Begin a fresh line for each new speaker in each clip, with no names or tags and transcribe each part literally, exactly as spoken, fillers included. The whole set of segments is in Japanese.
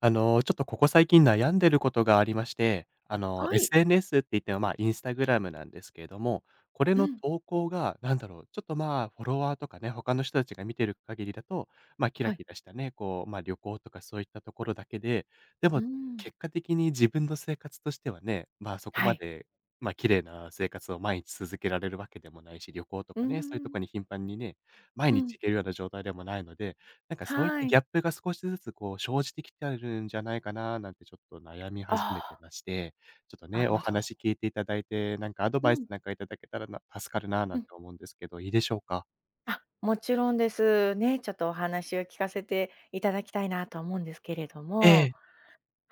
あの、ちょっとここ最近悩んでることがありまして、あの、
はい。
エスエヌエス って言っても、まあ、インスタグラムなんですけれども、これ
う
の
ん。
投稿が、なんだろう、ちょっとまあ、フォロワーとかね、他の人たちが見てる限りだと、まあ、キ
は
ラ
い。
キラしたね、こう、まあ、旅行とかそういったところだけで、で
う
も、
ーん。
結果的に自分の生活としてはね、まあ、そこ
は
ま
い。
で、まあ、綺麗な生活を毎日続けられるわけでもないし、旅行と
うー
かね、そういうと
ん。
こに頻繁にね、毎
うん。
日行けるような状態でもないので、なんかそういっ
は
た
い。
ギャップが少しずつこう生じてきてるんじゃないかななんてちょっと悩み始
あ
めてまして、ちょっと
あ、な
ね、
る
お
ほど。
話聞いていただいて、なんかアド
う
バイス
ん。
なんかいただけたらな助かるな
う
なん
ん。
て思うんですけど、いいでしょうか？
あ、もちろんです。ね、ちょっとお話を聞かせていただきたいなと思うんですけれど
え
も。
え、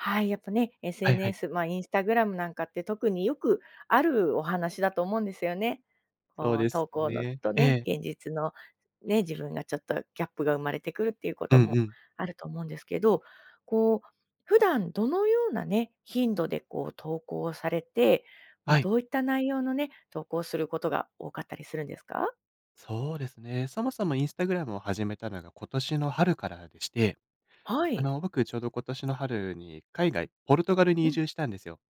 はい、やっぱね、
はいはい。
エスエヌエス、まあ、インスタグラムなんかって特によくあるお話だと思うんですよね。
そう
こう、
です
投稿の
ね。
と
え
ね、
え。
現実のね、自分がちょっとギャップが生まれてくるっていうこ
う
と
ん
も
うん。
あると思うんですけど、こう、普段どのようなね、頻度でこう投稿をされて、まあ、
はい。
どういった内容のね、投稿をすることが多かったりするんですか？
そうですね。そもそもインスタグラムを始めたのが今年の春からでして、
は
あ
い。
の、僕ちょうど今年の春に海外、ポルトガルに
う
移
ん。
住したんですよ。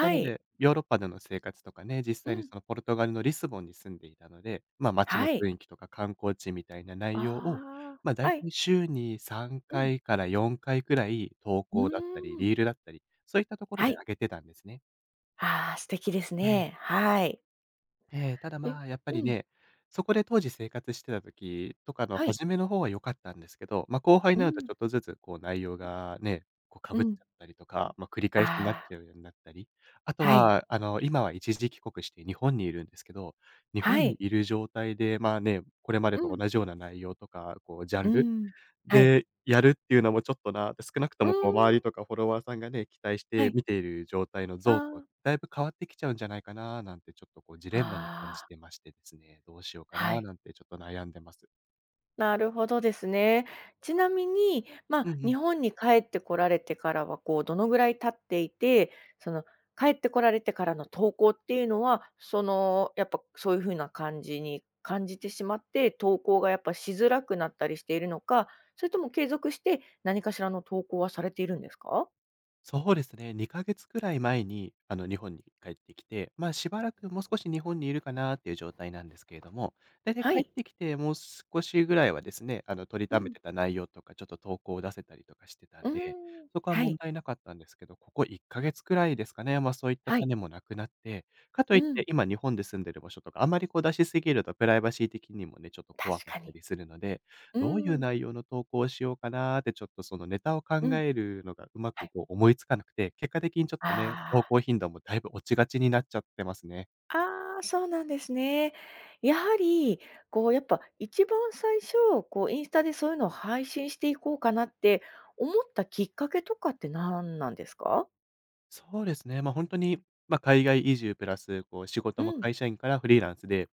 なの
い。
で、ヨーロッパでの生活とかね、実
う
際に
ん。
そのポルトガルのリスボンに住んでいたので、ま、街の
は
雰
い。
囲気とか観光地みたいな内容を、
ああ、
ま、だい
は
た
い。
い週に3
うん。
回かいからよんかいくらい投
う
稿だったり、
ーん。
リールだったり、そういったところ
は
で
い。
上げてたんですね。
ああ、素敵ですね。はい。
ええ、ただ、
で、
まあ、やっぱ
う
り
ん。
ね、そこで当時生活してた時とかの
はい。
初めの方は良かったんですけど、ま、後輩に
う
なると
ん。
ちょっとずつこう内容がね、こう
う
被っち
ん。
ゃったりとか、ま、繰り返しになっ
ああ、
ちゃうようになったり、あと
はい。
は、あの、今は一時帰国して日本にいるんですけど、日
は
本に
い。
いる状態で、まあ、ね、これまで
う
と
ん。
同じような内容とか、こうジャ
う
ンル
ん。はい。
で、やるっていうのもちょっとな、で、少なくと
うー
もこう周り
ん。
とかフォロワーさんがね、期待し
は
て
い。
見ている状態の
あ
像とは
あ。
だいぶ変わってきちゃうんじゃないかななんてちょっとこうジレンマに感
あ
じ
あ、
てましてですね、どうしようか
は
な
い。
なんてちょっと悩んでます。
なるほどですね。ちなみに、ま
うん
あ、
う
日
ん。
本に帰ってこられてからは、こう、どのぐらい経っていて、その、帰ってこられてからの投稿っていうのは、その、やっぱそういう風な感じに感じてしまって、投稿がやっぱしづらくなったりしているのか、それとも継続して何かしらの投稿はされているんですか？
そうですね、にかげつくらい前に、あの、日本に帰ってきて、まあ、しばらくもう少し日本にいるかなっていう状態なんですけれども、大体
は
帰っ
い。
てきてもう少しぐらいはですね、あの、取り
う
ため
ん。
てた内容とか、ちょっと投稿を出せたりとかしてた
う
んで、
ーん。
そこは
は
問
い。
題なかったんですけど、ここいっかげつくらいですかね、まあ、そういった
はい。
種もなくなって、かと
う
いって
ん。
今日本で住んでる場所とか、あまりこう出しすぎるとプライバシー的にもね、ちょっと怖
確
かっ
か
た
に。
りするので、
う
どういう
ん。
内容の投稿をしようかなーってちょっとそのネタを考
うん。
えるのがうま
は
く
い。
こう思いつかなくて、結果的にちょっとね、
あ
投
あ。
稿頻度もだいぶ落ちがちになっちゃってますね。
ああ、そうなんですね。やはり、こう、やっぱ一番最初、こう、インスタでそういうのを配信していこうかなって思ったきっかけとかって何なんですか？
そうですね、ま、あ本当に、ま、海外移住プラス、こう仕
う
事も
ん。
会社員からフリーランスで、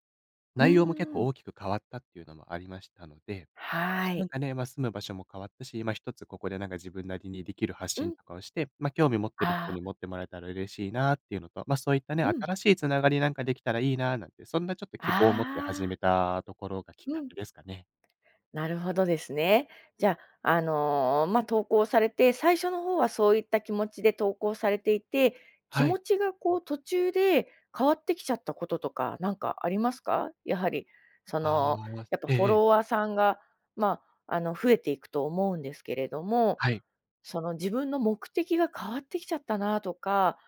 う
内容も結
ー
構
ん。
大きく変わったっていうのもありましたので
は
な
い。
んかね、まあ、住む場所も変わったし、今一つここでなんか自分なりにできる発
う
信
ん。
とかをして、まあ、興味持ってる人
あ
に
あ、
持ってもらえたら嬉しいなっていうのと、まあ、そういったね、
うん。
新しい繋がりなんかできたらいいななんて、そんなちょっと希望を持って始
あ
め
あ、
たところがきっ
う
か
ん。
けですかね。
なるほどですね。じゃあ、あの、まあ、投稿されて、最初の方はそういった気持ちで投稿されていて、気
は
持
い。
ちがこう途中で変わってきちゃったこととか、なんかありますか？やはり、そ
あ
の、
あ、
やっぱ
ええ
フォ
ええ、
ロワーさんが、まあ、あの、増えていくと思うんですけれども、
はい。
その自分の目的が変わってきちゃったなとか、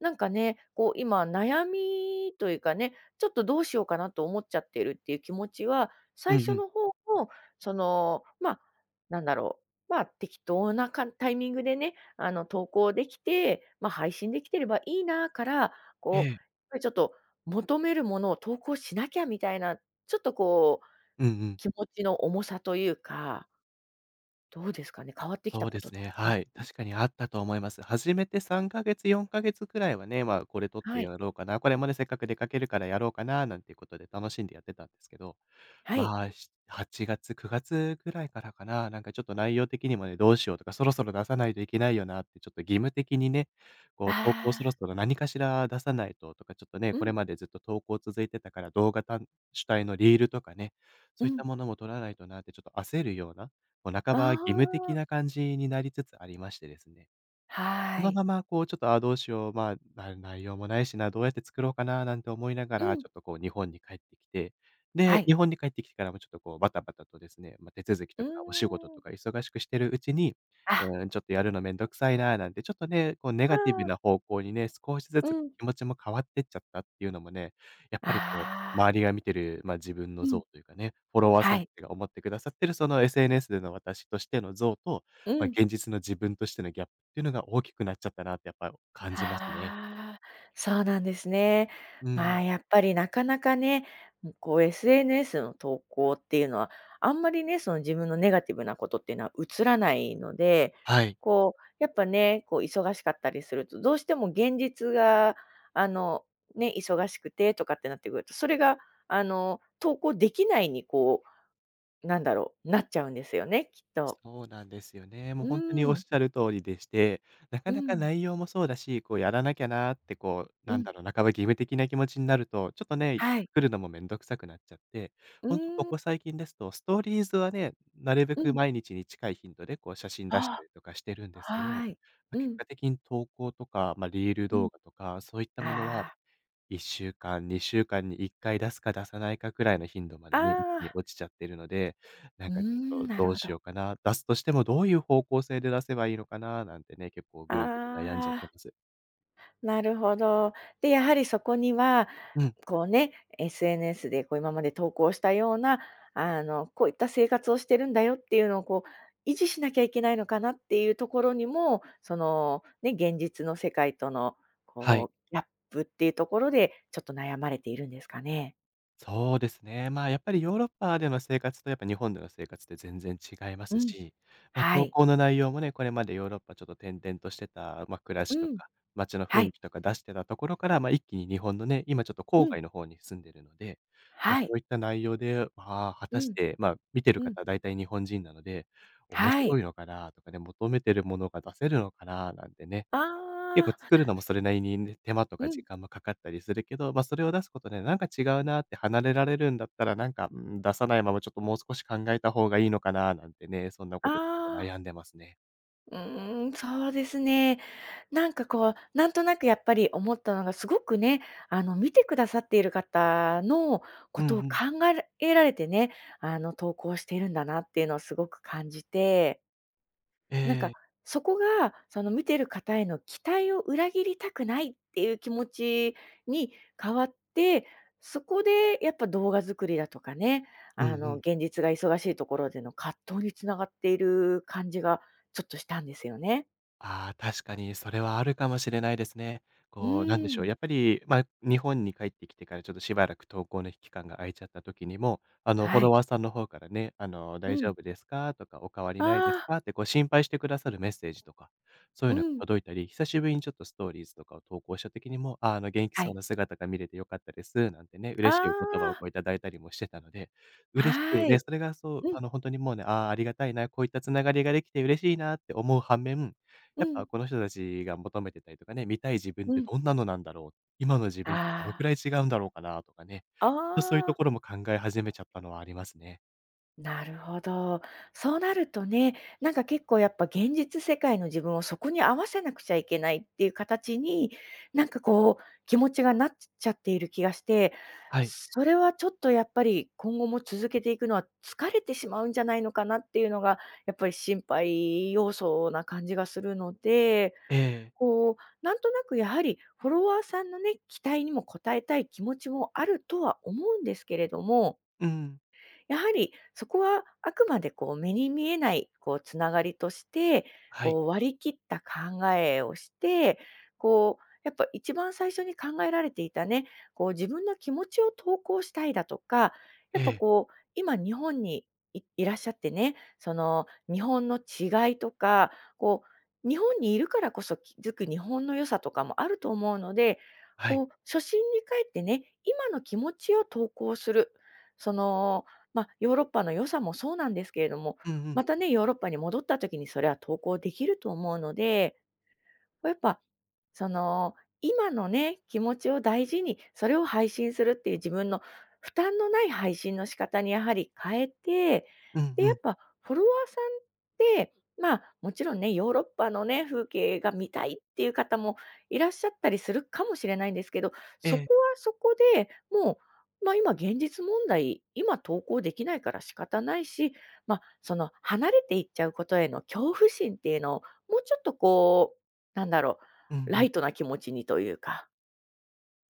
なんかね、こう今悩みというかね、ちょっとどうしようかなと思っちゃってるっていう気持ちは、
う
最
ん
初
うん。
の方の、その、まあ、なんだろう、まあ適当なかタイミングでね、あの投稿できて、まあ配信できてればいいなから、
え
こう、やっ
え。
ぱりちょっと求めるものを投稿しなきゃみたいな、ちょっとこう、
うんうん。
気持ちの重さというか、どうですかね、変わってきた
そう
こ
で
とっ
す
てあ
ね、
ります
は
か？
い。確かにあったと思います。初めてさんかげつ、よんかげつくらいはね、まあ、これ撮って
はい。
やろうかな、これもね、せっかく出かけるからやろうかななんていうことで楽しんでやってたんですけど
はい。
まあ、しはちがつ、くがつぐらいからかな、なんかちょっと内容的にもね、どうしようとか、そろそろ出さないといけないよなって、ちょっと義務的にね、こう投稿そ
あ
ろ
あ、
そろ何かしら出さないととか、ちょっとね、
う
これ
ん、
までずっと投稿続いてたから、動画単主体のリールとかね、
う
そういった
ん。
ものも撮らないとなってちょっと焦るような、こう半
あ
ば義務的
あ、
な感じになりつつありましてですね。そ
は
の
い。
ままこうちょっと、あどうしよう、まあ、な内容もないしな、どうやって作ろうかななんて思いなが
う
ら、
ん、
ちょっとこう日本に帰ってきて、
は
で、
い。
日本に帰ってきてからもちょっとこうバタバタとですね、ま、手続き
う
とかお仕事
ー
と
ん。
か忙しくしてるうちに、
あ、
うーん、ちょっとやるのめんどくさいななんて、ちょっとね、こうネ
あ
ガティブ
あ、
な方向にね、少しず
う
つ
ん。
気持ちも変わってっちゃったっていうのもね、やっぱりこう、
ああ、
周りが見てる、ま、自分
う
の像
ん、
というかね、フォロワー
は
さんた
い。
ちが思ってくださってるその エスエヌエス での私としての像と、
う
ま、
ん。
現実の自分としてのギャッっていうのが大きくなっちゃったなってやっぱ感じますね。
はあ、そうなんですね。
う
まあ、
ん。
やっぱりなかなかね、こう エスエヌエス の投稿っていうのは、あんまりね、その自分のネガティブなことっていうのは映らないので、
はい。
こう、やっぱね、こう忙しかったりすると、どうしても現実が、あの、ね、忙しくてとかってなってくると、それが、あの、投稿できないにこう、なんだろう、なっちゃうんですよね、きっと。
そうなんですよね。もう
う
本当におっ
ん、
しゃる通りでして、な
う
かなか
ん、
内容もそうだし、こうやらなきゃなーってこう、
う
なん
ん、
だろう、半ば義務的な気持ちになると、ちょっとね、
はい。
作るのもめんどくさくなっちゃって、
う
本当こ
ん、
こ最近ですと、ストーリーズはね、なるべ
う
く
ん。
毎日に近い頻度でこう写真出し
あ。
たりとかしてるんですけど、
はい。
ま、
う
結
ん、
果的に投稿とか、まあ、リール
うん。
動画とか、そういったものは
あ
いっしゅうかん、にしゅうかんにいっかい出すか出さないかくらいの頻度ま
あ、
で
あ
ね、一気に
あ、
落ちちゃってるので、な
う
ん
ー
かちょ
ん、
っと
な
ど
る
う
ほ
し
ど。
ようかな、出すとしてもどういう方向性で出せばいいのかななんてね、結構
あ
ぐるぐる悩んじゃって
あ、
ます。
なるほど。で、やはりそこには、
うん、
こうね、エスエヌエス でこう今まで投稿したような、あの、こういった生活をしてるんだよっていうのをこう、維持しなきゃいけないのかなっていうところにも、その、ね、現実の世界との、
はい。
こう、ギャップっていうところで、ちょっと悩まれているんですかね。
そうですね。まあ、やっぱりヨーロッパでの生活とやっぱ日本での生活って全然違います
うん。
し、ま、
は
投
い。
稿の内容もね、これまでヨーロッパちょっと転々としてた、まあ、暮ら
う
しと
ん。
か、街の雰
は
囲
い。
気とか出してたところから、ま、一気に日本のね、今ちょっと
う
郊
ん。
外の方に住んでるので、ま、
は
そ
い。
ういった内容で、まあ、果
う
たし
ん。
て、ま、見てる
うん。
方は大体日本人なので、面
は
白
い。
いのかなとかね、求めてるものが出せるのかななんてね、結
ああ、
構作るのもそれなりにね、手間とか
うん。
時間もかかったりするけど、ま、それを出すことで、なんか違うなって離れられるんだったら、なんか、うん、出さないままちょっともう少し考えた方がいいのかななんてね、そんなことちょっと
ああ、
悩んでますね。
うーん、そうですね。なんかこう、なんとなくやっぱり思ったのが、すごくね、あの、見てくださっている方のこ
うんう
とを考
ん。
えられてね、あの、投稿しているんだなっていうのをすごく感じて、
え
なんか、
え。
そこが、その見てる方への期待を裏切りたくないっていう気持ちに変わって、そこでやっぱ動画作りだとかね、
うん
あ
う
の、
ん。
現実が忙しいところでの葛藤につながっている感じがちょっとしたんですよね。
ああ、確かにそれはあるかもしれないですね。
う
こう、なんでし
ー
ょう、
ん。
やっぱり、まあ、日本に帰ってきてからちょっとしばらく投稿の期間が空いちゃった時にも、あの、フォ
は
ロ
い。
ワーさんの方からね、あの、
う
「大丈
ん。
夫ですか？」とか、「お変わり
あ
ないです
あ、
か？」ってこう心配してくださるメッセージとか、そうい
う
うのが
ん。
届いたり、久しぶりにちょっとストーリーズとかを投稿した時にも、「あー、あの、元気
は
そう
い。
な姿が見れて良かったです」なんてね、
あ
嬉しいお言葉を
あ、
こういただいたりもしてたので、嬉し
は
くね、
い。
それがそう、
う
あ
ん、
の、本当にもうね、ああ、ありがたいな、こういった繋がりができて嬉しいなって思う反面、
う
やっ
ん、
ぱこの人たちが求めてたりとかね、見たい自分っ
う
て
ん。
どんなのなんだろう、今の自分とどのく
あ
らい違うんだろうかなとかね、
あ、
ちょっとそういうと
あ
こ
あ。
ろも考え始めちゃったのはありますね。
なるほど。そうなるとね、なんか結構やっぱ現実世界の自分をそこに合わせなくちゃいけないっていう形に、なんかこう気持ちがなっちゃっている気がして、
はい。
それはちょっとやっぱり今後も続けていくのは疲れてしまうんじゃないのかなっていうのが、やっぱり心配要素な感じがするので、
ええ。
こう、なんとなくやはりフォロワーさんのね、期待にも応えたい気持ちもあるとは思うんですけれども、
うん。
やはりそこはあくまでこう目に見えないこうつながりとして、
はい。
こう割り切った考えをして、こうやっぱ一番最初に考えられていたね、こう自分の気持ちを投稿したいだとか、や
え
っぱ
え。
こう今日本にいいらっしゃってね、その日本の違いとか、こう日本にいるからこそ気づく日本の良さとかもあると思うので、
はい。
こう初心に帰ってね、今の気持ちを投稿する。その、まあ、ヨーロッパの良さもそうなんですけれども、
うんう
ま
ん。
たね、ヨーロッパに戻った時にそれは投稿できると思うので、やっぱその、今のね、気持ちを大事に、それを配信するっていう自分の負担のない配信の仕方にやはり変えて、
うん
で、
う
やっ
ん。
ぱフォロワーさんって、まあ、もちろんね、ヨーロッパのね、風景が見たいっていう方もいらっしゃったりするかもしれないんですけど、
え
そこ
え。
はそこでもう、まあ、今現実問題、今投稿できないから仕方ないし、まあ、その離れていっちゃうことへの恐怖心っていうのをもうちょっとこう、なんだろ
うんう
う、ラ
ん。
イトな気持ちにというか、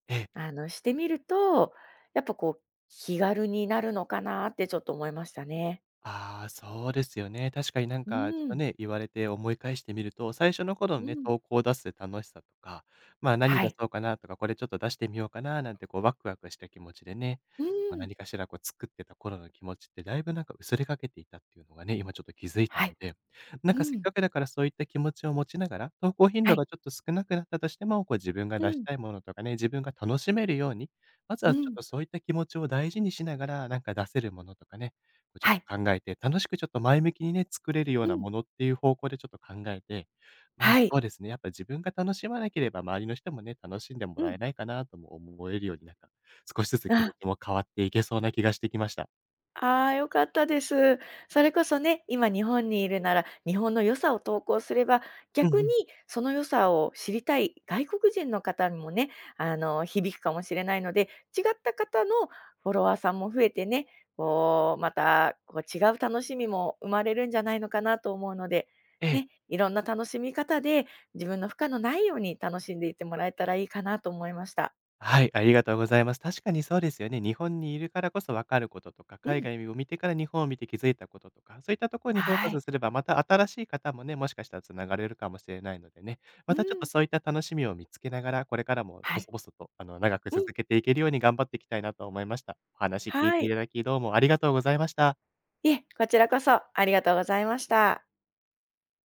ええ。
あの、してみると、やっぱこう、気軽になるのかなってちょっと思いましたね。
ああ、そうですよね。確かになん
う
かちょ
ー
っと
ん、
ね、言われて思い返してみると、最初の頃の
う
ね、
ん、
投稿を出す楽しさとか、まあ、何
は
出
い、
そうかなとか、これちょっと出してみようかななんてこうワクワクした気持ちでね、
うー
まあ、
ん、
何かしらこう作ってた頃の気持ちってだいぶなんか薄れかけていたっていうのがね、今ちょっと気づいた
は
の
い、
で、なん
う
かせっ
ん、
かくだからそういった気持ちを持ちながら、投稿頻
は
度
い、
がちょっと少なくなったとしても、こう自分が
う
出し
ん、
たいものとかね、自分が楽しめるように、まず
う
はちょっ
ん、
とそういった気持ちを大事にしながら、なんか出せるものとかね、こうちょっ
はい、
と考えて、楽しくちょっと前向きにね、作れるよう
う
な
ん、
ものっていう方向でちょっと考えて、まあ、
はい、
そうですね、やっぱ自分が楽しまなければ、周りの人もね、楽しんでも
う
ら
ん、
えないかなとも思えるように、なんか、少しずつ
あ
気持
あ。
ちも変わっていけそうな気がしてきました。
ああ、良かったです。それこそね、今日本にいるなら、日本の良さを投稿すれば、
うん
逆
う
に
ん。
その良さを知りたい外国人の方にもね、あの、響くかもしれないので、違った方のフォロワーさんも増えてね、こう、また、こう違う楽しみも生まれるんじゃないのかなと思うので、
ええ。
ね、いろんな楽しみ方で自分の負荷のないように楽しんでいってもらえたらいいかなと思いました。
はい、ありがとうございます。確かにそうですよね。日本にいるからこそ分かることとか、
う
海
ん。
外を見てから日本を見て気づいたこととか、そういったところにフォー
は
カ
い。
スすれば、また新しい方もね、もしかしたらつながれるかもしれないのでね、
う
またちょっと
ん。
そういった楽しみを見つけながら、これからも
はい。
細々とあの長く
うん。
続けていけるように頑張っていきたいなと思いました。お話聞い
は
ていた
い。
だき、どうもありがとうございました。
いえ、こちらこそありがとうございました。